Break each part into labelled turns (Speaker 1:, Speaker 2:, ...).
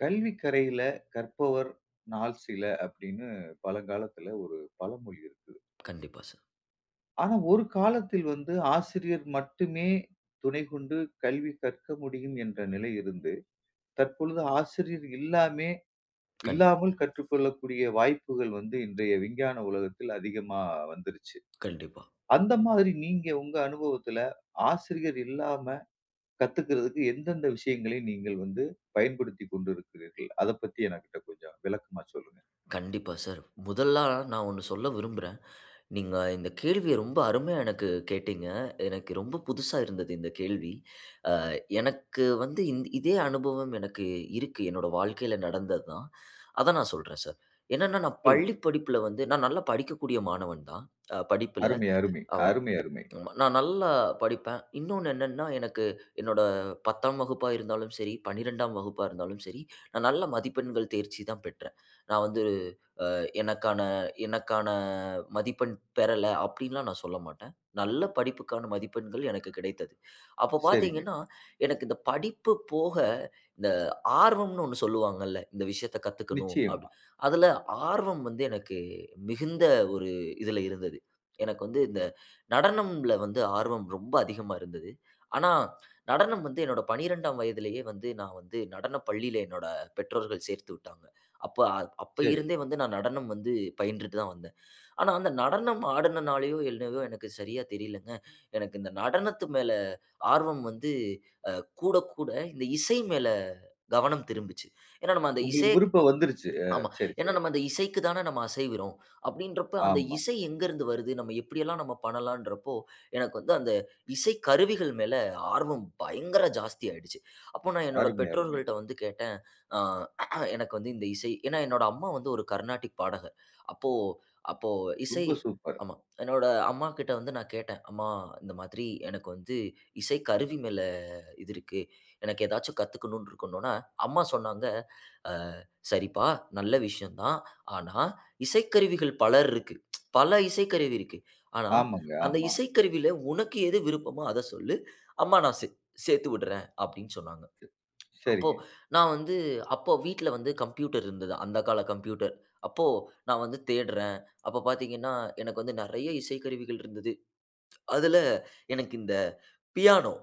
Speaker 1: கல்வி கரையில கற்பவர் நாள் சில அப்படின்னு பழங்காலத்துல ஒரு பழமொழி இருக்குது.
Speaker 2: கண்டிப்பா சார்.
Speaker 1: ஆனா ஒரு காலத்தில் வந்து ஆசிரியர் மட்டுமே துணை கொண்டு கல்வி கற்க முடியும் என்ற நிலை இருந்து, தற்பொழுது ஆசிரியர் இல்லாமே
Speaker 2: கண்டி
Speaker 1: இல்லாமல் கற்றுக்கொள்ளக்கூடிய வாய்ப்புகள் வந்து இன்றைய விஞ்ஞான உலகத்தில் அதிகமா வந்துருச்சு.
Speaker 2: கண்டிப்பா.
Speaker 1: அந்த மாதிரி நீங்க உங்க அனுபவத்துல ஆசிரியர் இல்லாம கத்துக்கிறதுக்கு எந்தெந்த விஷயங்களை நீங்கள் வந்து பயன்படுத்தி கொண்டிருக்கிறீர்கள், அதை பத்தி எனக்கிட்ட கொஞ்சம் விளக்கமா சொல்லுங்க.
Speaker 2: கண்டிப்பா சார். முதல்லா நான் ஒண்ணு சொல்ல விரும்புறேன். நீங்க இந்த கேள்விய ரொம்ப அருமையா எனக்கு கேட்டீங்க. எனக்கு ரொம்ப புதுசா இருந்தது இந்த கேள்வி. அ எனக்கு வந்து இதே அனுபவம் எனக்கு இருக்கு. என்னோட வாழ்க்கையில நடந்தது தான். அத நான் சொல்றேன் சார். என்னன்னா நான்
Speaker 1: சொல்லுங்க.
Speaker 2: பள்ளி படிப்புல வந்து நான் நல்லா படிக்கக்கூடிய மாணவன் தான். படிப்புல.
Speaker 1: அருமை, அருமை, அருமை, அருமை.
Speaker 2: நான் நல்லா படிப்பேன். இன்னொன்னு என்னன்னா, எனக்கு என்னோட 10ஆம் வகுப்பா இருந்தாலும் சரி, 12ஆம் வகுப்பா இருந்தாலும் சரி, நான் நல்ல மதிப்பெண்கள் தேர்ச்சி தான் பெற்றேன். நான் வந்து எனக்கான எனக்கான மதிப்பெண் பெறல அப்படின்லாம் நான் சொல்ல மாட்டேன். நல்ல படிப்புக்கான மதிப்பெண்கள் எனக்கு கிடைத்தது. அப்ப
Speaker 1: சரிங்க.
Speaker 2: பார்த்தீங்கன்னா, எனக்கு இந்த படிப்பு போக இந்த ஆர்வம்னு ஒண்ணு சொல்லுவாங்கல்ல. இந்த விஷயத்த கத்துக்கணும் அப்படி.
Speaker 1: நிச்சயமா.
Speaker 2: அதுல ஆர்வம் வந்து எனக்கு மிகுந்த ஒரு இதுல இருந்தது. எனக்கு வந்து இந்த நடனம்ல வந்து ஆர்வம் ரொம்ப அதிகமா இருந்தது. ஆனா, நடனம் வந்து என்னோட 12ஆம் வயதிலேயே வந்து நான் வந்து நடனப் பள்ளியில என்னோட பெற்றோர்கள் சேர்த்து விட்டாங்க. அப்ப அப்ப
Speaker 1: சரி.
Speaker 2: இருந்தே வந்து நான் நடனம் வந்து பயின்றுட்டு தான் வந்தேன். ஆனா அந்த நடனம் ஆடுனனாலயோ என்னவோ எனக்கு சரியா தெரியலங்க. எனக்கு இந்த நடனத்து மேல ஆர்வம் வந்து அ கூடக் கூட இந்த இசை மேல கவனம் திரும்புச்சு. ஏன்னா நம்ம அந்த
Speaker 1: உங்களுக்கு
Speaker 2: இசைய
Speaker 1: விருப்பம் வந்துருச்சு.
Speaker 2: ஆமா.
Speaker 1: சரி,
Speaker 2: ஏன்னா
Speaker 1: சரி.
Speaker 2: நம்ம அந்த இசைக்கு தானே நம்ம அசைவுறோம். அப்படின்றப்ப அந்த
Speaker 1: ஆமா.
Speaker 2: இசை எங்கேருந்து வருது? நம்ம எப்படியெல்லாம் நம்ம பண்ணலான்றப்போ, எனக்கு வந்து அந்த இசை கருவிகள் மேல ஆர்வம் பயங்கர ஜாஸ்தி ஆயிடுச்சு. அப்போ நான் என்னோட
Speaker 1: அருமை, அருமை.
Speaker 2: பெற்றோர்கள்ட்ட வந்து கேட்டேன். அ எனக்கு வந்து இந்த இசை ஏன்னா என்னோட அம்மா வந்து ஒரு கர்நாடிக் பாடகர். அப்போ அப்போ இசை
Speaker 1: ரொம்ப சூப்பர்.
Speaker 2: ஆமா. என்னோட அம்மாகிட்ட வந்து நான் கேட்டேன். "அம்மா இந்த மாதிரி எனக்கு வந்து இசை கருவி மேல இது இருக்கு. எனக்கு ஏதாச்சும் கத்துக்கணும்னு இருக்கணும்னா" அம்மா சொன்னாங்க. சரிப்பா, நல்ல விஷயம் தான். ஆனா, இசைக்கருவிகள் பல இருக்கு. பல இசைக்கருவி இருக்கு. ஆனா,
Speaker 1: ஆமாங்க.
Speaker 2: அந்த
Speaker 1: ஆமா.
Speaker 2: இசைக்கருவியில உனக்கு எது விருப்பமோ அத சொல்லு. அம்மா நான் சேர்த்து விடுறேன் அப்படின்னு சொன்னாங்க. அப்போ
Speaker 1: சரிங்க.
Speaker 2: நான் வந்து அப்போ வீட்ல வந்து கம்ப்யூட்டர் இருந்தது. அந்த கால கம்ப்யூட்டர். அப்போ நான் வந்து தேடுறேன். அப்ப பார்த்தீங்கன்னா, எனக்கு வந்து நெறைய இசைக்கருவிகள் இருந்தது. அதுல எனக்கு இந்த பியானோ,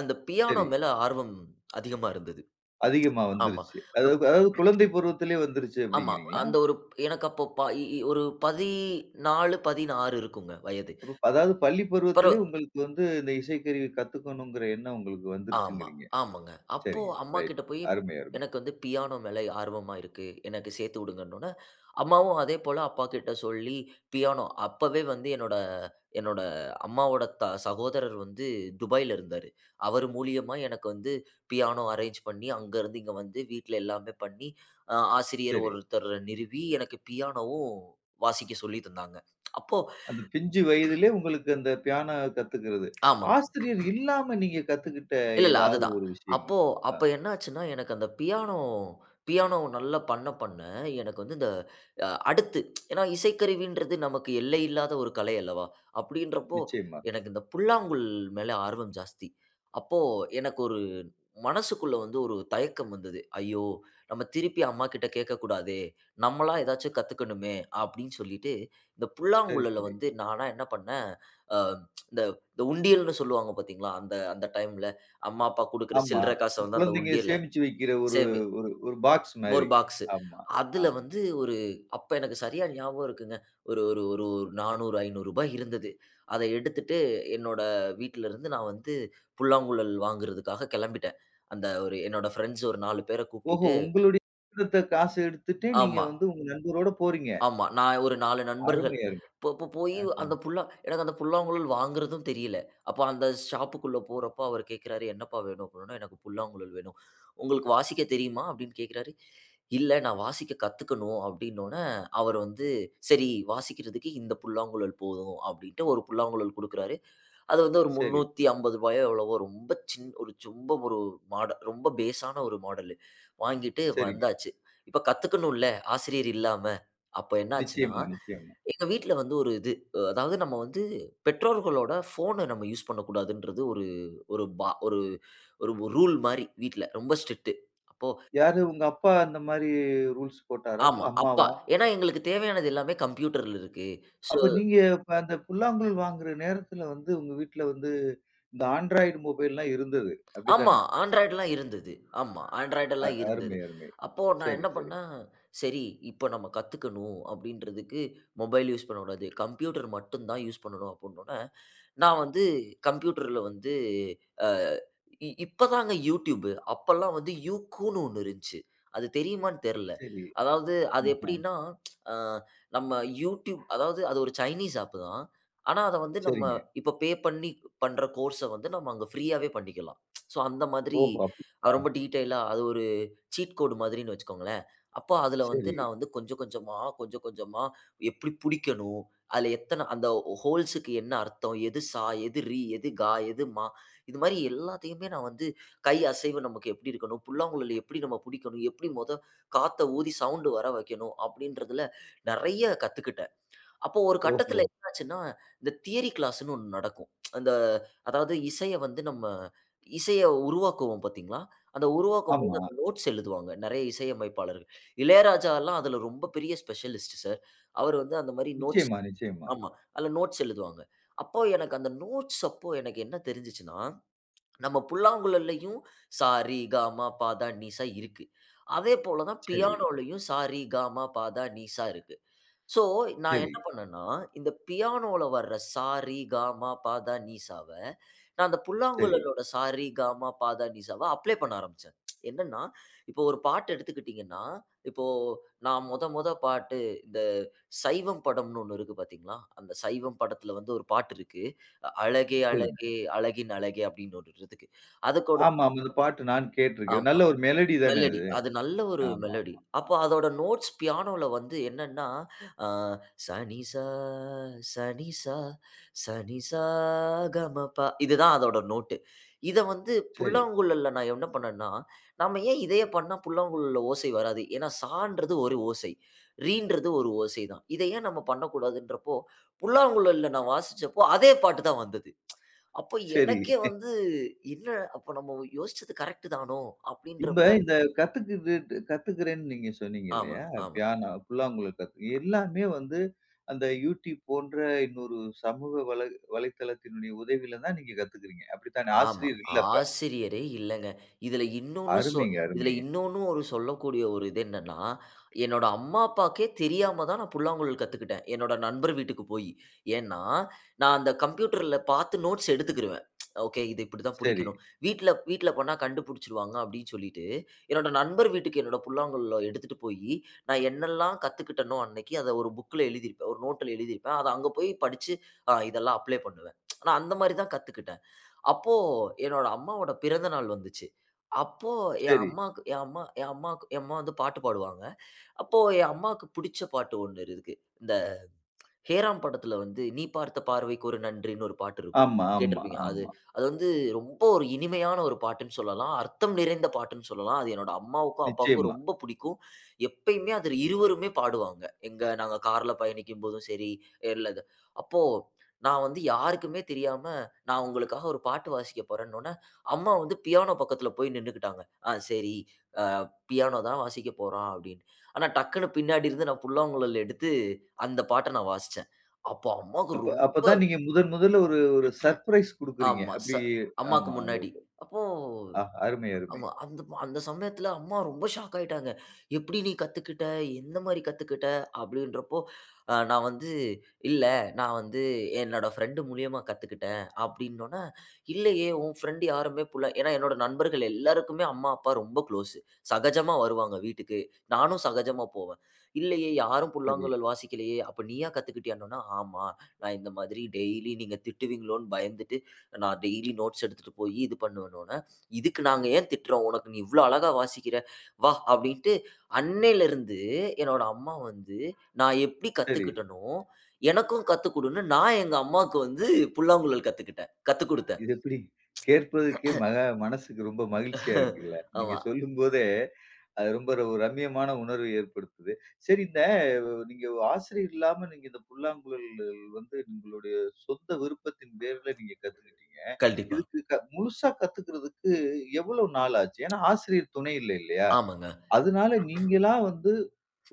Speaker 2: அந்த பியானோ
Speaker 1: சரி.
Speaker 2: மேல ஆர்வம் அதிகமா இருந்தது.
Speaker 1: அதிகமா
Speaker 2: ஆமா.
Speaker 1: வந்துருச்சு. அதாவது அதாவது குழந்தை பருவத்திலே வந்துருச்சு
Speaker 2: ஆமா.
Speaker 1: அப்டிங்கிறீங்களா?
Speaker 2: அந்த ஒரு எனக்கு அப்போ ஒரு 14, 16 இருக்குங்க வயது.
Speaker 1: அப்ப அதாவது பள்ளி பருவத்திலே
Speaker 2: பரவா
Speaker 1: உங்களுக்கு வந்து இந்த இசைக்கருவி கத்துக்கணுங்கிற எண்ணம் உங்களுக்கு
Speaker 2: ஆமா.
Speaker 1: வந்துருச்சுங்கிறீங்க.
Speaker 2: ஆமாங்க. அப்போ
Speaker 1: சரிங்க. ரைட்.
Speaker 2: அம்மாகிட்ட போய்
Speaker 1: அருமை, அருமை.
Speaker 2: எனக்கு வந்து பியானோ மேல ஆர்வமா இருக்கு. எனக்கு சேர்த்து விடுங்கன்னோனே, அம்மாவும் அதே போல அப்பாகிட்ட சொல்லி பியானோ அப்பவே வந்து என்னோட என்னோட அம்மாவோட த சகோதரர் வந்து துபாய்ல இருந்தாரு. அவர் மூலியமா எனக்கு வந்து பியானோ அரேஞ்ச் பண்ணி, அங்கருந்து இங்க வந்து வீட்ல எல்லாமே பண்ணி, ஆசிரியர்
Speaker 1: சரி.
Speaker 2: ஒருத்தர நிறுவி எனக்கு பியானோவும் வாசிக்க சொல்லி தந்தாங்க. அப்போ
Speaker 1: அந்த பிஞ்சு வயதிலே உங்களுக்கு அந்த பியானோ கத்துக்கிறது.
Speaker 2: ஆமாங்க.
Speaker 1: ஆசிரியர் இல்லாம நீங்க கத்துக்கிட்ட
Speaker 2: இல்ல, இல்ல.
Speaker 1: ஏதாவது
Speaker 2: அதுதான்.
Speaker 1: ஒரு விஷயங்கள்?
Speaker 2: அப்போ
Speaker 1: அ.
Speaker 2: அப்ப என்னாச்சுன்னா, எனக்கு அந்த பியானோ பியானோ நல்லா பண்ண பண்ண, எனக்கு வந்து இந்த அடுத்து ஏன்னா இசைக்கருவின்றது நமக்கு எல்லை இல்லாத ஒரு கலை அல்லவா? அப்படின்றப்போ,
Speaker 1: நிச்சயமா.
Speaker 2: எனக்கு இந்த புல்லாங்குழல் மேல ஆர்வம் ஜாஸ்தி. அப்போ எனக்கு ஒரு மனசுக்குள்ள வந்து ஒரு தயக்கம் வந்தது. "ஐயோ! நம்ம திருப்பி அம்மாகிட்ட கேட்கக்கூடாதே. நம்மளா ஏதாச்சும் கத்துக்கணுமே!" அப்படின்னு சொல்லிட்டு, இந்த
Speaker 1: சரி,
Speaker 2: புல்லாங்குழல
Speaker 1: சரி.
Speaker 2: வந்து நானா என்ன பண்ணேன், அ இந்த இந்த உண்டியல்ன்னு சொல்லுவாங்க பார்த்தீங்களா? அந்த அந்த டைம்ல அம்மா, அப்பா குடுக்குற
Speaker 1: ஆமா.
Speaker 2: சில்லற காச வந்து அந்த
Speaker 1: குழந்தைங்க
Speaker 2: உண்டியல்ல
Speaker 1: சேமிச்சு வைக்கிற ஒரு
Speaker 2: சேமி
Speaker 1: ஒரு ஒரு பாக்ஸ்
Speaker 2: ஒரு
Speaker 1: மாரி.
Speaker 2: பாக்ஸு.
Speaker 1: ஆமா,
Speaker 2: அதுல
Speaker 1: ஆமா.
Speaker 2: வந்து ஒரு அப்ப எனக்கு சரியா ஞாபகம் இருக்குங்க. ஒரு ஒரு ஒரு ரூ. 400, ரூ. 500 இருந்தது. அத எடுத்துட்டு என்னோட வீட்லருந்து நான் வந்து புல்லாங்குழல் வாங்குறதுக்காக கெளம்பிட்டேன். அந்த ஒரு என்னோட ஃப்ரெண்ட்ஸ் ஒரு 4 பேர
Speaker 1: ஓஹோ!
Speaker 2: கூப்டிட்டு
Speaker 1: உங்களுடைய மிச்சத்த காசு எடுத்துட்டு நீங்க
Speaker 2: ஆமா.
Speaker 1: வந்து உங்க நண்பரோட போறீங்க.
Speaker 2: ஆமா. நான் ஒரு 4 நண்பர்கள்.
Speaker 1: அருமை, அருமை.
Speaker 2: இப்போ இப்போ போயி
Speaker 1: அ
Speaker 2: அந்த எனக்கு அந்த புல்லாங்குழல் வாங்குறதும் தெரியல. அப்போ அந்த ஷாப்புக்குள்ள போறப்போ அவரு கேட்கிறாரு, "என்னப்பா வேணும்?" அப்டின்னோனே, "எனக்கு புல்லாங்குழல் வேணும்." "உங்களுக்கு வாசிக்க தெரியுமா?" அப்டின்னு கேட்கிறாரு. "இல்ல நான் வாசிக்க கத்துக்கணும்." அப்டின்னோனே, அவர் வந்து சரி வாசிக்கிறதுக்கு இந்த புல்லாங்குழல் போதும் அப்டின்ட்டு ஒரு புல்லாங்குழல் குடுக்குறாரு. அது வந்து ஒரு ரூ.
Speaker 1: சரி,
Speaker 2: 350 எவ்வளவோ ரொம்ப ஒரு ரொம்ப ஒரு மாடல் ரொம்ப பேஸான ஒரு மாடலு. வாங்கிட்டு
Speaker 1: சரிங்க.
Speaker 2: வந்தாச்சு. இப்ப கத்துக்கணும்ல ஆசிரியர் இல்லாம. அப்ப என்னாச்சுன்னா,
Speaker 1: நிச்சயமா, நிச்சயமா.
Speaker 2: எங்க வீட்ல வந்து ஒரு இது அதாவது நம்ம வந்து பெற்றோர்களோட ஃபோன நம்ம யூஸ் பண்ணக்கூடாதுன்றது ஒரு ஒரு பா ஒரு ஒரு ரூல் மாரி வீட்ல. ரொம்ப ஸ்ட்ரிக்ட்டு. அப்போ
Speaker 1: யாரு உங்க அப்பா அந்த மாரி ரூல்ஸ் போட்டாரா? இல்ல
Speaker 2: ஆமா. அப்பா
Speaker 1: அம்மாவா?
Speaker 2: ஏன்னா எங்களுக்கு தேவையானது எல்லாமே கம்ப்யூட்டர்ல இருக்கு. ஸோ
Speaker 1: அப்ப நீங்க இப்ப அந்த புல்லாங்குழல் வாங்குற நேரத்துல வந்து உங்க வீட்ல வந்து இந்த ஆண்ட்ராய்டு மொபைல்லாம் இருந்தது.
Speaker 2: ஆமா.
Speaker 1: அப்படித்தானே?
Speaker 2: ஆண்ட்ராய்டுலாம் இருந்தது. ஆமா. ஆண்ட்ராய்டெல்லாம் இருந்தது.
Speaker 1: அருமை, அருமை.
Speaker 2: அப்போ நான்
Speaker 1: சரி,
Speaker 2: என்ன
Speaker 1: சரி.
Speaker 2: பண்ணேன், சரி இப்ப நம்ம கத்துக்கணும் அப்படின்றதுக்கு மொபைல் யூஸ் பண்ணக்கூடாது. கம்ப்யூட்டர் மட்டும் தான் யூஸ் பண்ணணும் அப்படின்னோன, நான் வந்து கம்ப்யூட்டர்ல வந்து அ இப்பதாங்க யூடியூபு. அப்பல்லாம் வந்து யூகூன்னு ஒண்ணு இருந்துச்சு. அது தெரியுமான்னு தெர்ல.
Speaker 1: சரி.
Speaker 2: அதாவது அது
Speaker 1: ஆஹ.
Speaker 2: எப்படின்னா, அ நம்ம யூடியூப் அதாவது அது ஒரு சைனீஸ் ஆப் தான். ஆனா, அத வந்து நம்ம
Speaker 1: சரிங்க.
Speaker 2: இப்ப பே பண்ணி பண்ற கோர்ஸ வந்து நம்ம அங்க ஃப்ரீயாவே பண்ணிக்கலாம். ஸோ அந்த மாதிரி
Speaker 1: ஓஹோ!
Speaker 2: ரொம்ப டீட்டெயிலா அது ஒரு சீட் கோடு மாதிரின்னு வச்சுக்கோங்களேன். அப்போ அதுல வந்து
Speaker 1: சரி.
Speaker 2: நான் வந்து கொஞ்சம் கொஞ்சமா, கொஞ்சம் கொஞ்சமா எப்படி புடிக்கணும், அதுல அந்த ஹோல்ஸுக்கு என்ன அர்த்தம்? எது சா? எது ரி? எது கா? எது மா? இது மாரி எல்லாத்தையுமே நான் வந்து கை அசைவு நமக்கு எப்படி இருக்கணும்? புல்லாங்குழல எப்படி நம்ம புடிக்கணும்? எப்படி மொத காத்த ஊதி சவுண்டு வர வைக்கணும்? அப்படின்றதுல நெறைய கத்துக்கிட்டேன். அப்போ ஒரு
Speaker 1: ஓஹோ!
Speaker 2: கட்டத்துல என்னாச்சுன்னா, இந்த தியரி கிளாஸ்ன்னு ஒண்ணு நடக்கும். அந்த அதாவது இசைய வந்து நம்ம இசைய உருவாக்குவோம் பார்த்தீங்களா? அந்த உருவாக்கும்போது
Speaker 1: ஆமா.
Speaker 2: அந்த நோட்ஸ் எழுதுவாங்க. நெறைய இசையமைப்பாளர்கள். இளையராஜாலாம் அதுல ரொம்ப பெரிய ஸ்பெஷலிஸ்ட் சார். அவர் வந்து அந்த மாரி நோட்ஸ்
Speaker 1: நிச்சயமா, நிச்சயமா.
Speaker 2: ஆமா. அதுல நோட்ஸ் எழுதுவாங்க. அப்போ எனக்கு அந்த நோட்ஸ் அப்போ எனக்கு என்ன தெரிஞ்சுச்சுன்னா, நம்ம புல்லாங்குழல்லையும் சா, ரி, கா, மா, பா, தா, நி, சா இருக்கு. அதே போல தான்
Speaker 1: சரி,
Speaker 2: பியானோலயும் சா, ரி, கா, மா, பா, தா, நி, சா இருக்கு. ஸோ, நான்
Speaker 1: சரி,
Speaker 2: என்ன பண்ணேன்னா, இந்த பியானோல வர்ற சா, ரி, கா, மா, பா, தா, நி, சாவ நான் அந்த
Speaker 1: சரி.
Speaker 2: புல்லாங்குழலோட சா, ரி, க, மா, பா, தா, நி, சா வ அப்ளை பண்ண ஆரம்பிச்சேன். என்னன்னா, இப்போ ஒரு பாட்டு எடுத்துக்கிட்டீங்கன்னா, இப்போ நான் மொத மொத பாட்டு இந்த சைவம் படம்னு ஒண்ணு இருக்கு பாத்தீங்களா? அந்த சைவம் படத்துல வந்து ஒரு பாட்டு இருக்கு. "அழகே
Speaker 1: சொல்லுங்க.
Speaker 2: அழகே அழகின் அழகே" அப்டின்னு ஒண்ணு இருக்கு. அதுக்கோட
Speaker 1: ஆமா, ஆமா. அந்த பாட்டு நான் கேட்டிருக்கேன்.
Speaker 2: ஆமா.
Speaker 1: நல்ல ஒரு மெலடி தானே
Speaker 2: மெலடி.
Speaker 1: அது.
Speaker 2: அது நல்ல ஒரு
Speaker 1: ஆமா.
Speaker 2: மெலடி. அப்போ அதோட நோட்ஸ் பியானோல வந்து என்னன்னா, அ சனி சா, சனி சா, சனி சா கமப இதுதான் அதோட நோட்டு. இத வந்து
Speaker 1: சரி,
Speaker 2: புல்லாங்குழல்ல நான் என்ன பண்ணேன்னா, நம்ம ஏன் இதையே பண்ணா புல்லாங்குழல்ல ஓசை வராது? ஏன்னா, சான்றது ஒரு ஓசை. ரீன்றது ஒரு ஓசை தான். இத ஏன் நம்ம பண்ணக்கூடாதுன்றப்போ, புல்லாங்குழல்ல நான் வாசிச்சப்போ அதே பாட்டு தான் வந்தது. அப்போ
Speaker 1: சரி.
Speaker 2: எனக்கே வந்து, "என்ன அப்போ நம்ம யோசிச்சது கரெக்ட்டு தானோ?"
Speaker 1: இப்ப
Speaker 2: அப்படீன்றப்ப
Speaker 1: இந்த கத்துக்கிட்டு கத்துக்கிறேன்னு நீங்க சொன்னீங்க இல்லையா?
Speaker 2: ஆமாங்க.
Speaker 1: பியானோ ஃபுல்லா உங்களுக்கு கத்து எல்லாமே வந்து அந்த யூடியூப் போன்ற இன்னொரு சமூக வலை வலைத்தளத்தினுடைய உதவியில தான் நீங்க கத்துக்கிறீங்க. அப்படித்தானே?
Speaker 2: ஆமா.
Speaker 1: ஆசிரியர் இல்ல அப்ப.
Speaker 2: ஆசிரியரே இல்லங்க. இதுல இன்னொன்னு
Speaker 1: அருமைங்க,
Speaker 2: இதுல
Speaker 1: அருமைங்க.
Speaker 2: இன்னொன்னு ஒரு சொல்லக்கூடிய ஒரு இது என்னன்னா, என்னோட அம்மா, அப்பாக்கே தெரியாம தான் நான் புல்லாங்குழல் கத்துக்கிட்டேன். என்னோட நண்பர் வீட்டுக்கு போயி. ஏன்னா, நான் அந்த கம்ப்யூட்டர்ல பார்த்து நோட்ஸ் எடுத்துக்கிருவேன். ஓகே. இது இப்படிதான்
Speaker 1: சரி,
Speaker 2: புடிக்கணும். வீட்ல வீட்ல பண்ணா கண்டுபுடிச்சுருவாங்க அப்படின்னு சொல்லிட்டு, என்னோட நண்பர் வீட்டுக்கு என்னோட புல்லாங்குழல எடுத்துட்டு போயி, நான் என்னெல்லாம் கத்துக்கிட்டேனோ அன்னைக்கு அத ஒரு புக்ல எழுதியிருப்பேன். ஒரு நோட்டுல எழுதியிருப்பேன். அத அங்க போய் படிச்சு, இதெல்லாம் அப்ளை பண்ணுவேன். நான் அந்த மாரி தான் கத்துக்கிட்டேன். அப்போ என்னோட அம்மாவோட பிறந்த நாள் வந்துச்சு. அப்போ
Speaker 1: சரி.
Speaker 2: என் அம்மாக்கு என் அம்மா வந்து பாட்டு பாடுவாங்க. அப்போ என் அம்மாவுக்கு புடிச்ச பாட்டு ஒண்ணு இருக்கு. ஹேராம் படத்துல வந்து "நீ பார்த்த பார்வைக்கு ஒரு நன்றின்னு" ஒரு பாட்டு இருக்கும்.
Speaker 1: ஆமா, ஆமா,
Speaker 2: கேட்டிருப்பீங்க. அது
Speaker 1: ஆமா.
Speaker 2: அது வந்து ரொம்ப ஒரு இனிமையான ஒரு பாட்டுன்னு சொல்லலாம். அர்த்தம் நிறைந்த பாட்டுன்னு சொல்லலாம். அது என்னோட அம்மாவுக்கும், அப்பாவுக்கும்
Speaker 1: நிச்சயமா.
Speaker 2: ரொம்ப பிடிக்கும். எப்பயுமே அது இருவருமே பாடுவாங்க. எங்க நாங்க கார்ல பயணிக்கும்போதும் சரி, இல்ல இது அப்போ நான் வந்து யாருக்குமே தெரியாம, "நான் உங்களுக்காக ஒரு பாட்டு வாசிக்க போறேன்னோன" அம்மா வந்து பியானோ பக்கத்துல போய் நின்னுக்கிட்டாங்க. "ஆ சரி, அ பியானோ தான் வாசிக்க போறான்" அப்படின்னு. ஆனா டக்குனு பின்னாடி இருந்து நான் புல்லாங்குழல் எடுத்து அந்த பாட்ட நான் வாசிச்சேன். அப்போ அம்மாவுக்கு
Speaker 1: அப்ப
Speaker 2: ரொம்ப
Speaker 1: அப்பதான் நீங்க முதன் முதல்ல ஒரு ஒரு சர்ப்ரைஸ் குடுக்குறீங்க.
Speaker 2: ஆமா.
Speaker 1: அப்படி
Speaker 2: அம்மாக்கு
Speaker 1: ஆமா.
Speaker 2: முன்னாடி. அப்போ
Speaker 1: அருமை, அருமை.
Speaker 2: ஆமா. அந்த சமயத்துல அம்மா ரொம்ப ஷாக் ஆயிட்டாங்க. "எப்படி நீ கத்துக்கிட்ட? எந்த மாரி கத்துக்கிட்ட?" அப்படின்றப்போ, நான் வந்து, "இல்ல, நான் வந்து என்னோட ஃப்ரெண்டு மூலியமா கத்துக்கிட்டேன்." அப்படின்னோன, "இல்லையே, உன் ஃப்ரெண்டு யாருமே புள்ள" ஏன்னா என்னோட நண்பர்கள் எல்லாருக்குமே அம்மா, அப்பா ரொம்ப க்ளோஸு. சகஜமா வருவாங்க வீட்டுக்கு. நானும் சகஜமா போவேன். "இல்லையே, யாரும்
Speaker 1: சரி,
Speaker 2: புல்லாங்குழல் வாசிக்கலையே, அப்ப நீயா கத்துக்கிட்டியான்னோன?" "ஆமா. நான் இந்த மாதிரி டெய்லி நீங்க திட்டுவீங்களோன்னு பயந்துட்டு, நான் டெய்லி நோட்ஸ் எடுத்துட்டு போயி இது பண்ணுவேன்னோன" இதுக்கு நாங்க ஏன் திட்டுறோம்? உனக்கு நீ இவ்ளோ அழகா வாசிக்கிற, வா! அப்படின்ட்டு அன்னையிலருந்து என்னோட அம்மா வந்து, நான் எப்படி
Speaker 1: சரி.
Speaker 2: கத்துக்கிட்டேனோ, எனக்கும் கத்துக் குடுன்னு நான் எங்க அம்மாவுக்கு வந்து புல்லாங்குழல் கத்துக்கிட்டேன். கத்துக் குடுத்தேன்.
Speaker 1: இது எப்படி? கேட்பதற்கே மனசுக்கு ரொம்ப மகிழ்ச்சியா இருக்குல்ல. நீங்க
Speaker 2: ஆமா.
Speaker 1: சொல்லும்போதே, அது ரொம்ப ஒரு ரம்மியமான உணர்வு ஏற்படுத்துது. சரி இந்த நீங்க ஆசிரியர் இல்லாம நீங்க இந்த புல்லாங்குழல் வந்து உங்களுடைய சொந்த விருப்பத்தின் பேர்ல நீங்க கத்துக்கிட்டீங்க.
Speaker 2: கண்டிப்பா.
Speaker 1: இதுக்கு முழுசா கத்துக்கிறதுக்கு எவ்வளவு நாள் ஆச்சு? ஏன்னா ஆசிரியர் துணை இல்ல இல்லையா?
Speaker 2: ஆமாங்க.
Speaker 1: அதனால நீங்களா வந்து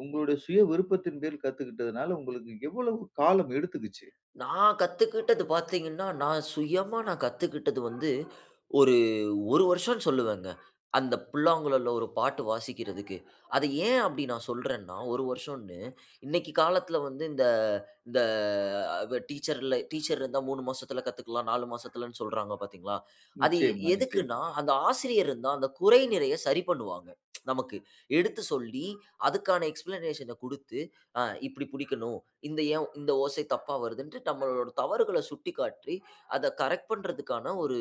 Speaker 1: உங்களுடைய சுய விருப்பத்தின் பேரில் கத்துக்கிட்டதுனால, உங்களுக்கு எவ்வளவு காலம் எடுத்துக்குச்சு?
Speaker 2: நான் கத்துக்கிட்டது பார்த்தீங்கன்னா, நான் சுயமா நான் கத்துக்கிட்டது வந்து ஒரு 1 வருஷம்னு சொல்லுவேங்க. அந்த புல்லாங்குழல்ல ஒரு பாட்டு வாசிக்கிறதுக்கு. அது ஏன் அப்படி நான் சொல்றேன்னா, 1 வருஷம்னு, இன்னைக்கு காலத்துல வந்து இந்த இந்த டீச்சர்ல டீச்சர் இருந்தா 3 மாசத்துல கத்துக்கலாம், 4 மாசத்துலன்னு சொல்றாங்க பார்த்தீங்களா? அது
Speaker 1: நிச்சயமா,
Speaker 2: எதுக்குன்னா,
Speaker 1: நிச்சயமா.
Speaker 2: அந்த ஆசிரியர் இருந்தா அந்த குறை நிறைய சரி பண்ணுவாங்க. நமக்கு. எடுத்து சொல்லி, அதுக்கான எக்ஸ்ப்ளனேஷன குடுத்து, "அ இப்படி புடிக்கணும். இந்த ஏன் இந்த ஓசை தப்பா வருதுன்ட்டு" நம்மளோட தவறுகள சுட்டிக்காட்டி, அத கரெக்ட் பண்றதுக்கான ஒரு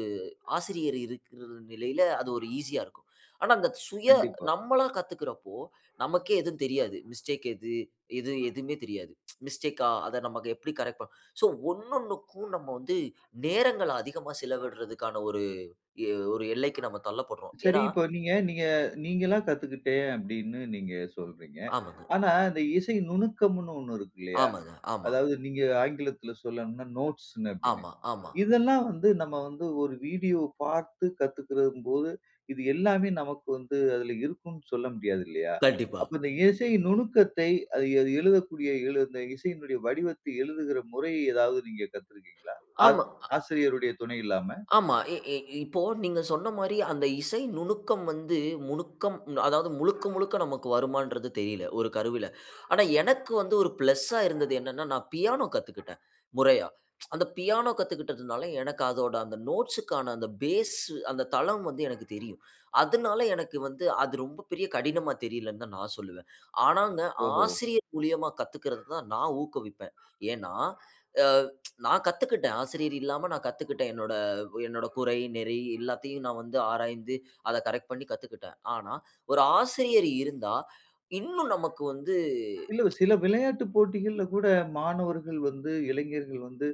Speaker 2: ஆசிரியர் இருக்கிற நிலையில அது ஒரு ஈஸியா இருக்கும். ஆனா, அந்த சுய
Speaker 1: கண்டிப்பா.
Speaker 2: நம்மளா கத்துக்கிறப்போ, நமக்கே எதுவும் தெரியாது. மிஸ்டேக் எது? எது எதுவுமே தெரியாது. மிஸ்டேக்கா? அத நமக்கு எப்படி கரெக்ட் பண்ண ஸோ ஒண்ணொன்னுக்கும் நம்ம வந்து நேரங்கள அதிகமா செலவிடுறதுக்கான ஒரு ஒரு எல்லைக்கு நம்ம தள்ளப்படுறோம்.
Speaker 1: சரி,
Speaker 2: ஏன்னா
Speaker 1: இப்ப நீங்க நீங்க நீங்களா கத்துக்கிட்டேன் அப்படின்னு நீங்க சொல்றீங்க.
Speaker 2: ஆமாங்க,
Speaker 1: ஆனா, இந்த இசை நுணுக்கம்ன்னு ஒண்ணு இருக்கு இல்லையா?
Speaker 2: ஆமாங்க, ஆமா,
Speaker 1: அதாவது நீங்க ஆங்கிலத்துல சொல்லணும்னா நோட்ஸ்ன்னு அப்டின்னு.
Speaker 2: ஆமா, ஆமா.
Speaker 1: இதெல்லாம் வந்து நம்ம வந்து ஒரு வீடியோ பார்த்து கத்துக்கிறம்போது, இது எல்லாமே நமக்கு வந்து அதுல இருக்கும்னு சொல்ல முடியாது இல்லையா?
Speaker 2: கண்டிப்பா.
Speaker 1: அப்ப இந்த இசை நுணுக்கத்தை, அது அது எழுதக்கூடிய அந்த இசையினுடைய வடிவத்தை எழுதுகிற முறையை ஏதாவது நீங்க கத்துருக்கீங்களா? ஆ
Speaker 2: ஆமா.
Speaker 1: ஆசிரியருடைய துணை இல்லாம?
Speaker 2: ஆமா. இ இ இப்போ நீங்க சொன்ன மாரி அந்த இசை நுணுக்கம் வந்து முணுக்கம் அதாவது முழுக்க முழுக்க நமக்கு வருமான்றது தெரியல, ஒரு கருவில. ஆனா எனக்கு வந்து ஒரு பிளஸ்ஸா இருந்தது என்னன்னா, நான் பியானோ கத்துக்கிட்டேன், முறையா. அந்த பியானோ கத்துக்கிட்டதுனால எனக்கு அதோட அந்த நோட்ஸுக்கான அந்த பேஸ் அந்த தளம் வந்து எனக்கு தெரியும். அதனால எனக்கு வந்து அது ரொம்ப பெரிய கடினமா தெரியலன்னு தான் நான் சொல்லுவேன். ஆனாங்க
Speaker 1: ஓஹோ!
Speaker 2: ஆசிரியர் மூலியமா கத்துக்கிறது தான் நான் ஊக்குவிப்பேன். ஏன்னா, அ நான் கத்துக்கிட்டேன். ஆசிரியர் இல்லாம நான் கத்துக்கிட்டேன். என்னோட என்னோட குறை, நெறி எல்லாத்தையும் நான் வந்து ஆராய்ந்து, அத கரெக்ட் பண்ணி கத்துக்கிட்டேன். ஆனா, ஒரு ஆசிரியர் இருந்தா, இன்னும் நமக்கு வந்து
Speaker 1: இல்ல சில விளையாட்டு போட்டிகள்ல கூட மாணவர்கள் வந்து, இளைஞர்கள் வந்து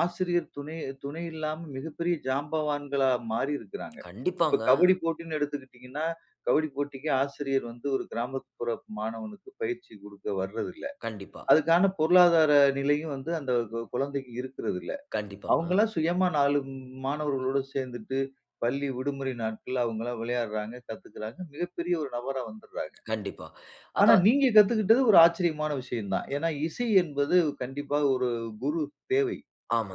Speaker 1: ஆசிரியர் துணை துணை இல்லாம மிகப்பெரிய ஜாம்பவான்களா மாறி இருக்கிறாங்க. இப்ப
Speaker 2: கண்டிப்பாங்க.
Speaker 1: கபடி போட்டின்னு எடுத்துக்கிட்டீங்கன்னா, கபடி போட்டிக்கு ஆசிரியர் வந்து ஒரு கிராமப்புற மாணவனுக்கு பயிற்சி குடுக்க வர்றதில்ல.
Speaker 2: கண்டிப்பா,
Speaker 1: அதுக்கான பொருளாதார நிலையும் வந்து அந்த குழந்தைக்கு இருக்கிறதில்ல.
Speaker 2: கண்டிப்பாங்க.
Speaker 1: அவங்கலாம் சுயமா 4 மாணவர்களோட சேர்ந்துட்டு, பள்ளி விடுமுறை நாட்கள்ல அவங்கலாம் விளையாடுறாங்க, கத்துக்கிறாங்க. மிகப்பெரிய ஒரு நபரா வந்துடுறாங்க.
Speaker 2: கண்டிப்பா.
Speaker 1: ஆனா
Speaker 2: அதான்
Speaker 1: நீங்க கத்துக்கிட்டது ஒரு ஆச்சரியமான விஷயம் தான். ஏன்னா இசை என்பது கண்டிப்பா ஒரு குரு தேவை.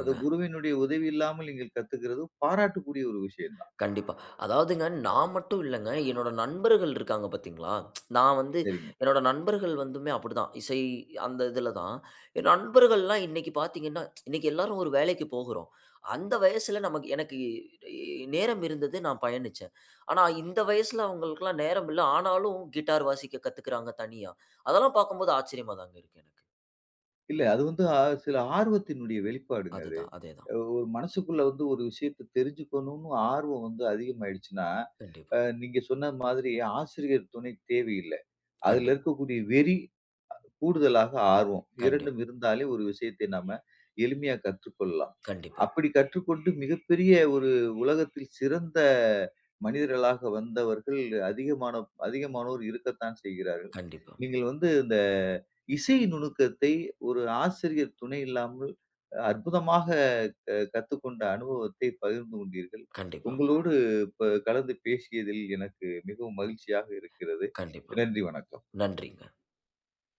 Speaker 1: அது குருவினுடைய உதவி இல்லாமல் நீங்கள் கத்துக்கிறது பாராட்டுக்குரிய ஒரு விஷயம்தான்.
Speaker 2: கண்டிப்பா. அதாவதுங்க நான் மட்டும் இல்லங்க. என்னோட நண்பர்கள் இருக்காங்க பார்த்தீங்களா? நான் வந்து
Speaker 1: சரிங்க.
Speaker 2: என்னோட நண்பர்கள் வந்துமே அப்படிதான். இசை அந்த இதில தான். என் நண்பர்கள்லாம் இன்னைக்கு பார்த்தீங்கன்னா, இன்னைக்கு எல்லாரும் ஒரு வேலைக்கு போகுறோம். அந்த வயசுல நமக்கு எனக்கு நேரம் இருந்தது நான் பயணிச்சேன். ஆனா இந்த வயசுல அவங்களுக்கெல்லாம் நேரம் இல்ல. ஆனாலும் கிட்டார் வாசிக்க கத்துக்கிறாங்க தனியா. அதெல்லாம் பார்க்கும்போது ஆச்சரியமா தாங்க இருக்கு எனக்கு.
Speaker 1: இல்ல அது வந்து சில ஆர்வத்தினுடைய வெளிப்பாடுங்க அது.
Speaker 2: அதுதான், அதேதான்.
Speaker 1: ஒரு மனசுக்குள்ள வந்து ஒரு விஷயத்த தெரிஞ்சுக்கணும்னு ஆர்வம் வந்து அதிகமாயிடுச்சுன்னா,
Speaker 2: கண்டிப்பா,
Speaker 1: நீங்க சொன்ன மாதிரி ஆசிரியர் துணை தேவையில்ல. அதுல
Speaker 2: கண்டிப்பா,
Speaker 1: இருக்கக்கூடிய வெறி கூடுதலாக ஆர்வம்.
Speaker 2: கண்டிப்பா,
Speaker 1: 2ம் இருந்தாலே ஒரு விஷயத்தை நாம எளிமையா கற்றுக்கொள்ளலாம்.
Speaker 2: கண்டிப்பா,
Speaker 1: அப்படி கற்றுக்கொண்டு மிகப்பெரிய ஒரு உலகத்தில் சிறந்த மனிதர்களாக வந்தவர்கள் அதிகமான அதிகமானோர் இருக்கத்தான் செய்கிறார்கள்.
Speaker 2: கண்டிப்பா, கண்டிப்பா,
Speaker 1: நீங்கள் வந்து இந்த இசை நுணுக்கத்தை ஒரு ஆசிரியர் துணை இல்லாமல் அற்புதமாக கத்துக்கொண்ட அனுபவத்தை பகிர்ந்து கொண்டீர்கள்.
Speaker 2: கண்டிப்பா,
Speaker 1: உங்களோடு இப்ப கலந்து பேசியதில் எனக்கு மிகவும் மகிழ்ச்சியாக இருக்கிறது.
Speaker 2: கண்டிப்பா.
Speaker 1: நன்றி, வணக்கம்.
Speaker 2: நன்றிங்க.